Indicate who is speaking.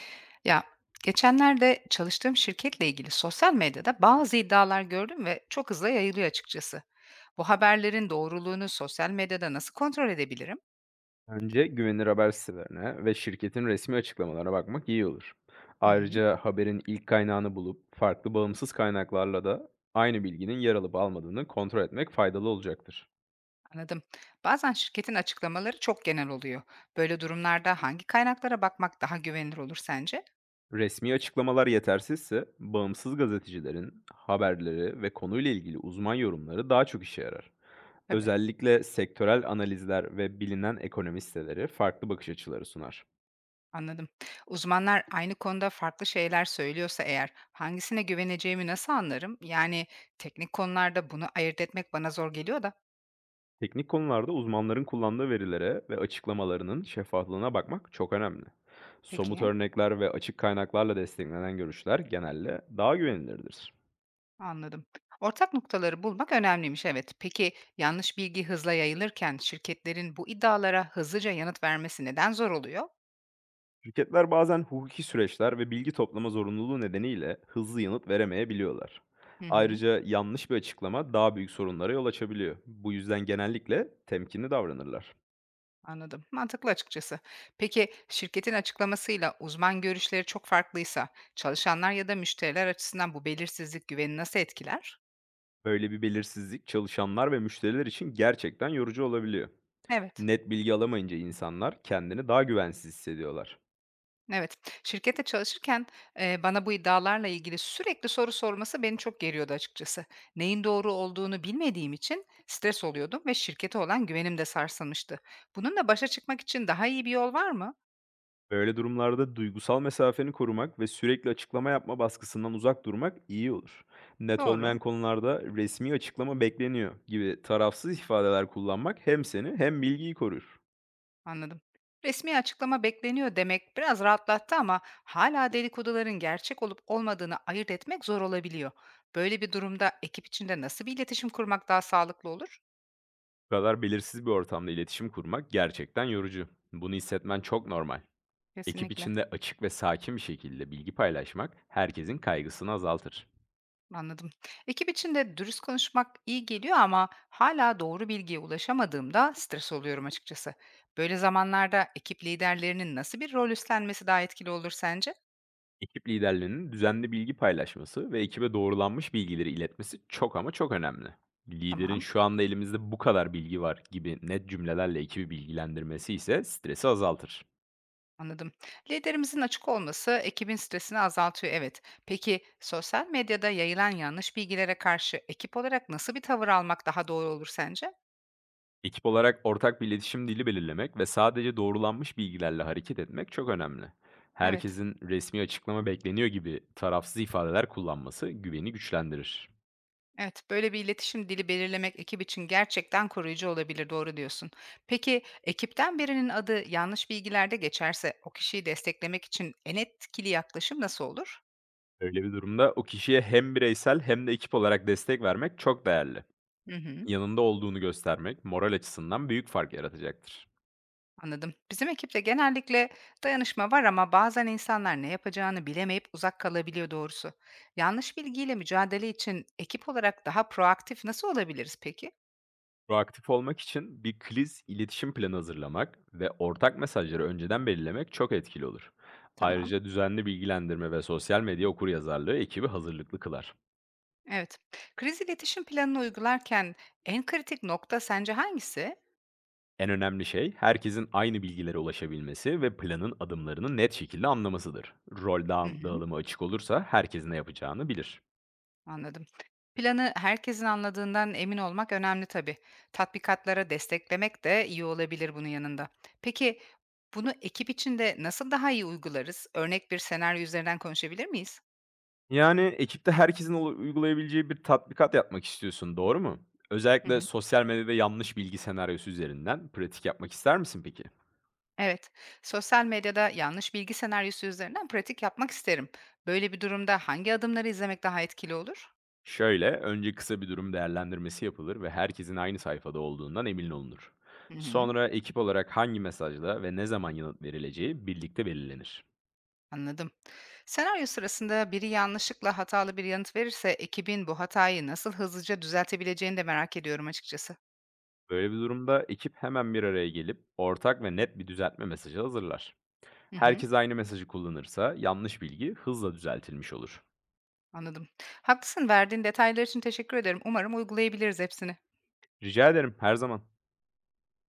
Speaker 1: Ya geçenlerde çalıştığım şirketle ilgili sosyal medyada bazı iddialar gördüm ve çok hızlı yayılıyor açıkçası. Bu haberlerin doğruluğunu sosyal medyada nasıl kontrol edebilirim?
Speaker 2: Önce güvenilir haber sitelerine ve şirketin resmi açıklamalarına bakmak iyi olur.
Speaker 1: Hı hı,
Speaker 2: Ayrıca haberin ilk kaynağını bulup farklı bağımsız kaynaklarla da aynı bilginin yer alıp almadığını kontrol etmek faydalı olacaktır.
Speaker 1: anladım. Bazen şirketin açıklamaları çok genel oluyor. Böyle durumlarda hangi kaynaklara bakmak daha güvenilir olur sence?
Speaker 2: Resmi açıklamalar yetersizse bağımsız gazetecilerin haberleri ve konuyla ilgili uzman yorumları daha çok işe yarar.
Speaker 1: Tabii,
Speaker 2: Özellikle sektörel analizler ve bilinen ekonomi siteleri farklı bakış açıları sunar.
Speaker 1: anladım. Uzmanlar aynı konuda farklı şeyler söylüyorsa eğer hangisine güveneceğimi nasıl anlarım? Yani teknik konularda bunu ayırt etmek bana zor geliyor da.
Speaker 2: Teknik konularda uzmanların kullandığı verilere ve açıklamalarının şeffaflığına bakmak çok önemli. Somut
Speaker 1: Peki.
Speaker 2: örnekler ve açık kaynaklarla desteklenen görüşler genelde daha güvenilirdir.
Speaker 1: Anladım. Ortak noktaları bulmak önemliymiş, evet. Peki yanlış bilgi hızla yayılırken şirketlerin bu iddialara hızlıca yanıt vermesi neden zor oluyor?
Speaker 2: Şirketler bazen hukuki süreçler ve bilgi toplama zorunluluğu nedeniyle hızlı yanıt veremeyebiliyorlar.
Speaker 1: Hı hı,
Speaker 2: Ayrıca yanlış bir açıklama daha büyük sorunlara yol açabiliyor. Bu yüzden genellikle temkinli davranırlar.
Speaker 1: anladım. Mantıklı açıkçası. Peki şirketin açıklamasıyla uzman görüşleri çok farklıysa çalışanlar ya da müşteriler açısından bu belirsizlik güveni nasıl etkiler?
Speaker 2: Böyle bir belirsizlik çalışanlar ve müşteriler için gerçekten yorucu olabiliyor.
Speaker 1: Evet.
Speaker 2: Net bilgi alamayınca insanlar kendini daha güvensiz hissediyorlar.
Speaker 1: Evet, şirkette çalışırken, bana bu iddialarla ilgili sürekli soru sorması beni çok geriyordu açıkçası. Neyin doğru olduğunu bilmediğim için stres oluyordum ve şirkete olan güvenim de sarsılmıştı. Bununla başa çıkmak için daha iyi bir yol var mı?
Speaker 2: Böyle durumlarda duygusal mesafeni korumak ve sürekli açıklama yapma baskısından uzak durmak iyi olur. Net
Speaker 1: Doğru,
Speaker 2: olmayan konularda "resmi açıklama bekleniyor" gibi tarafsız ifadeler kullanmak hem seni hem bilgiyi korur.
Speaker 1: anladım. Resmi açıklama bekleniyor demek biraz rahatlattı ama hala dedikoduların gerçek olup olmadığını ayırt etmek zor olabiliyor. Böyle bir durumda ekip içinde nasıl bir iletişim kurmak daha sağlıklı olur?
Speaker 2: Bu kadar belirsiz bir ortamda iletişim kurmak gerçekten yorucu. Bunu hissetmen çok normal. Ekip
Speaker 1: Kesinlikle.
Speaker 2: içinde açık ve sakin bir şekilde bilgi paylaşmak herkesin kaygısını azaltır.
Speaker 1: Anladım. Ekip içinde dürüst konuşmak iyi geliyor ama hala doğru bilgiye ulaşamadığımda stres oluyorum açıkçası. Böyle zamanlarda ekip liderlerinin nasıl bir rol üstlenmesi daha etkili olur sence?
Speaker 2: Ekip liderlerinin düzenli bilgi paylaşması ve ekibe doğrulanmış bilgileri iletmesi çok ama çok önemli. Liderin
Speaker 1: Tamam,
Speaker 2: "şu anda elimizde bu kadar bilgi var" gibi net cümlelerle ekibi bilgilendirmesi ise stresi azaltır.
Speaker 1: anladım. Liderimizin açık olması ekibin stresini azaltıyor, evet. Peki sosyal medyada yayılan yanlış bilgilere karşı ekip olarak nasıl bir tavır almak daha doğru olur sence?
Speaker 2: Ekip olarak ortak bir iletişim dili belirlemek ve sadece doğrulanmış bilgilerle hareket etmek çok önemli.
Speaker 1: Evet.
Speaker 2: Herkesin "resmi açıklama bekleniyor" gibi tarafsız ifadeler kullanması güveni güçlendirir.
Speaker 1: Evet, böyle bir iletişim dili belirlemek ekip için gerçekten koruyucu olabilir, doğru diyorsun. Peki ekipten birinin adı yanlış bilgilerde geçerse o kişiyi desteklemek için en etkili yaklaşım nasıl olur?
Speaker 2: Öyle bir durumda o kişiye hem bireysel hem de ekip olarak destek vermek çok değerli.
Speaker 1: Hı hı,
Speaker 2: Yanında olduğunu göstermek moral açısından büyük fark yaratacaktır.
Speaker 1: anladım. Bizim ekipte genellikle dayanışma var ama bazen insanlar ne yapacağını bilemeyip uzak kalabiliyor doğrusu. Yanlış bilgiyle mücadele için ekip olarak daha proaktif nasıl olabiliriz peki?
Speaker 2: Proaktif olmak için bir kriz iletişim planı hazırlamak ve ortak mesajları önceden belirlemek çok etkili olur.
Speaker 1: Tamam.
Speaker 2: Ayrıca düzenli bilgilendirme ve sosyal medya okuryazarlığı ekibi hazırlıklı kılar.
Speaker 1: Evet. Kriz iletişim planını uygularken en kritik nokta sence hangisi?
Speaker 2: En önemli şey, herkesin aynı bilgilere ulaşabilmesi ve planın adımlarını net şekilde anlamasıdır.
Speaker 1: Hı hı.
Speaker 2: Dağılımı açık olursa herkes ne yapacağını bilir.
Speaker 1: Anladım. Planı herkesin anladığından emin olmak önemli tabii. Tatbikatlara desteklemek de iyi olabilir bunun yanında. Peki bunu ekip içinde nasıl daha iyi uygularız? Örnek bir senaryo üzerinden konuşabilir miyiz?
Speaker 2: Yani, ekipte herkesin ulu uygulayabileceği bir tatbikat yapmak istiyorsun, doğru mu?
Speaker 1: Hı
Speaker 2: Özellikle
Speaker 1: hı.
Speaker 2: sosyal medyada yanlış bilgi senaryosu üzerinden pratik yapmak ister misin peki?
Speaker 1: Evet, sosyal medyada yanlış bilgi senaryosu üzerinden pratik yapmak isterim. Böyle bir durumda hangi adımları izlemek daha etkili olur?
Speaker 2: Şöyle, önce kısa bir durum değerlendirmesi yapılır ve herkesin aynı sayfada olduğundan emin olunur.
Speaker 1: Hı hı.
Speaker 2: Sonra ekip olarak hangi mesajla ve ne zaman yanıt verileceği birlikte belirlenir.
Speaker 1: Anladım. Senaryo sırasında biri yanlışlıkla hatalı bir yanıt verirse ekibin bu hatayı nasıl hızlıca düzeltebileceğini de merak ediyorum açıkçası.
Speaker 2: Böyle bir durumda ekip hemen bir araya gelip ortak ve net bir düzeltme mesajı hazırlar.
Speaker 1: Hı hı.
Speaker 2: Herkes aynı mesajı kullanırsa yanlış bilgi hızla düzeltilmiş olur.
Speaker 1: Anladım. Haklısın, verdiğin detaylar için teşekkür ederim. Umarım uygulayabiliriz hepsini.
Speaker 2: Rica ederim, her zaman.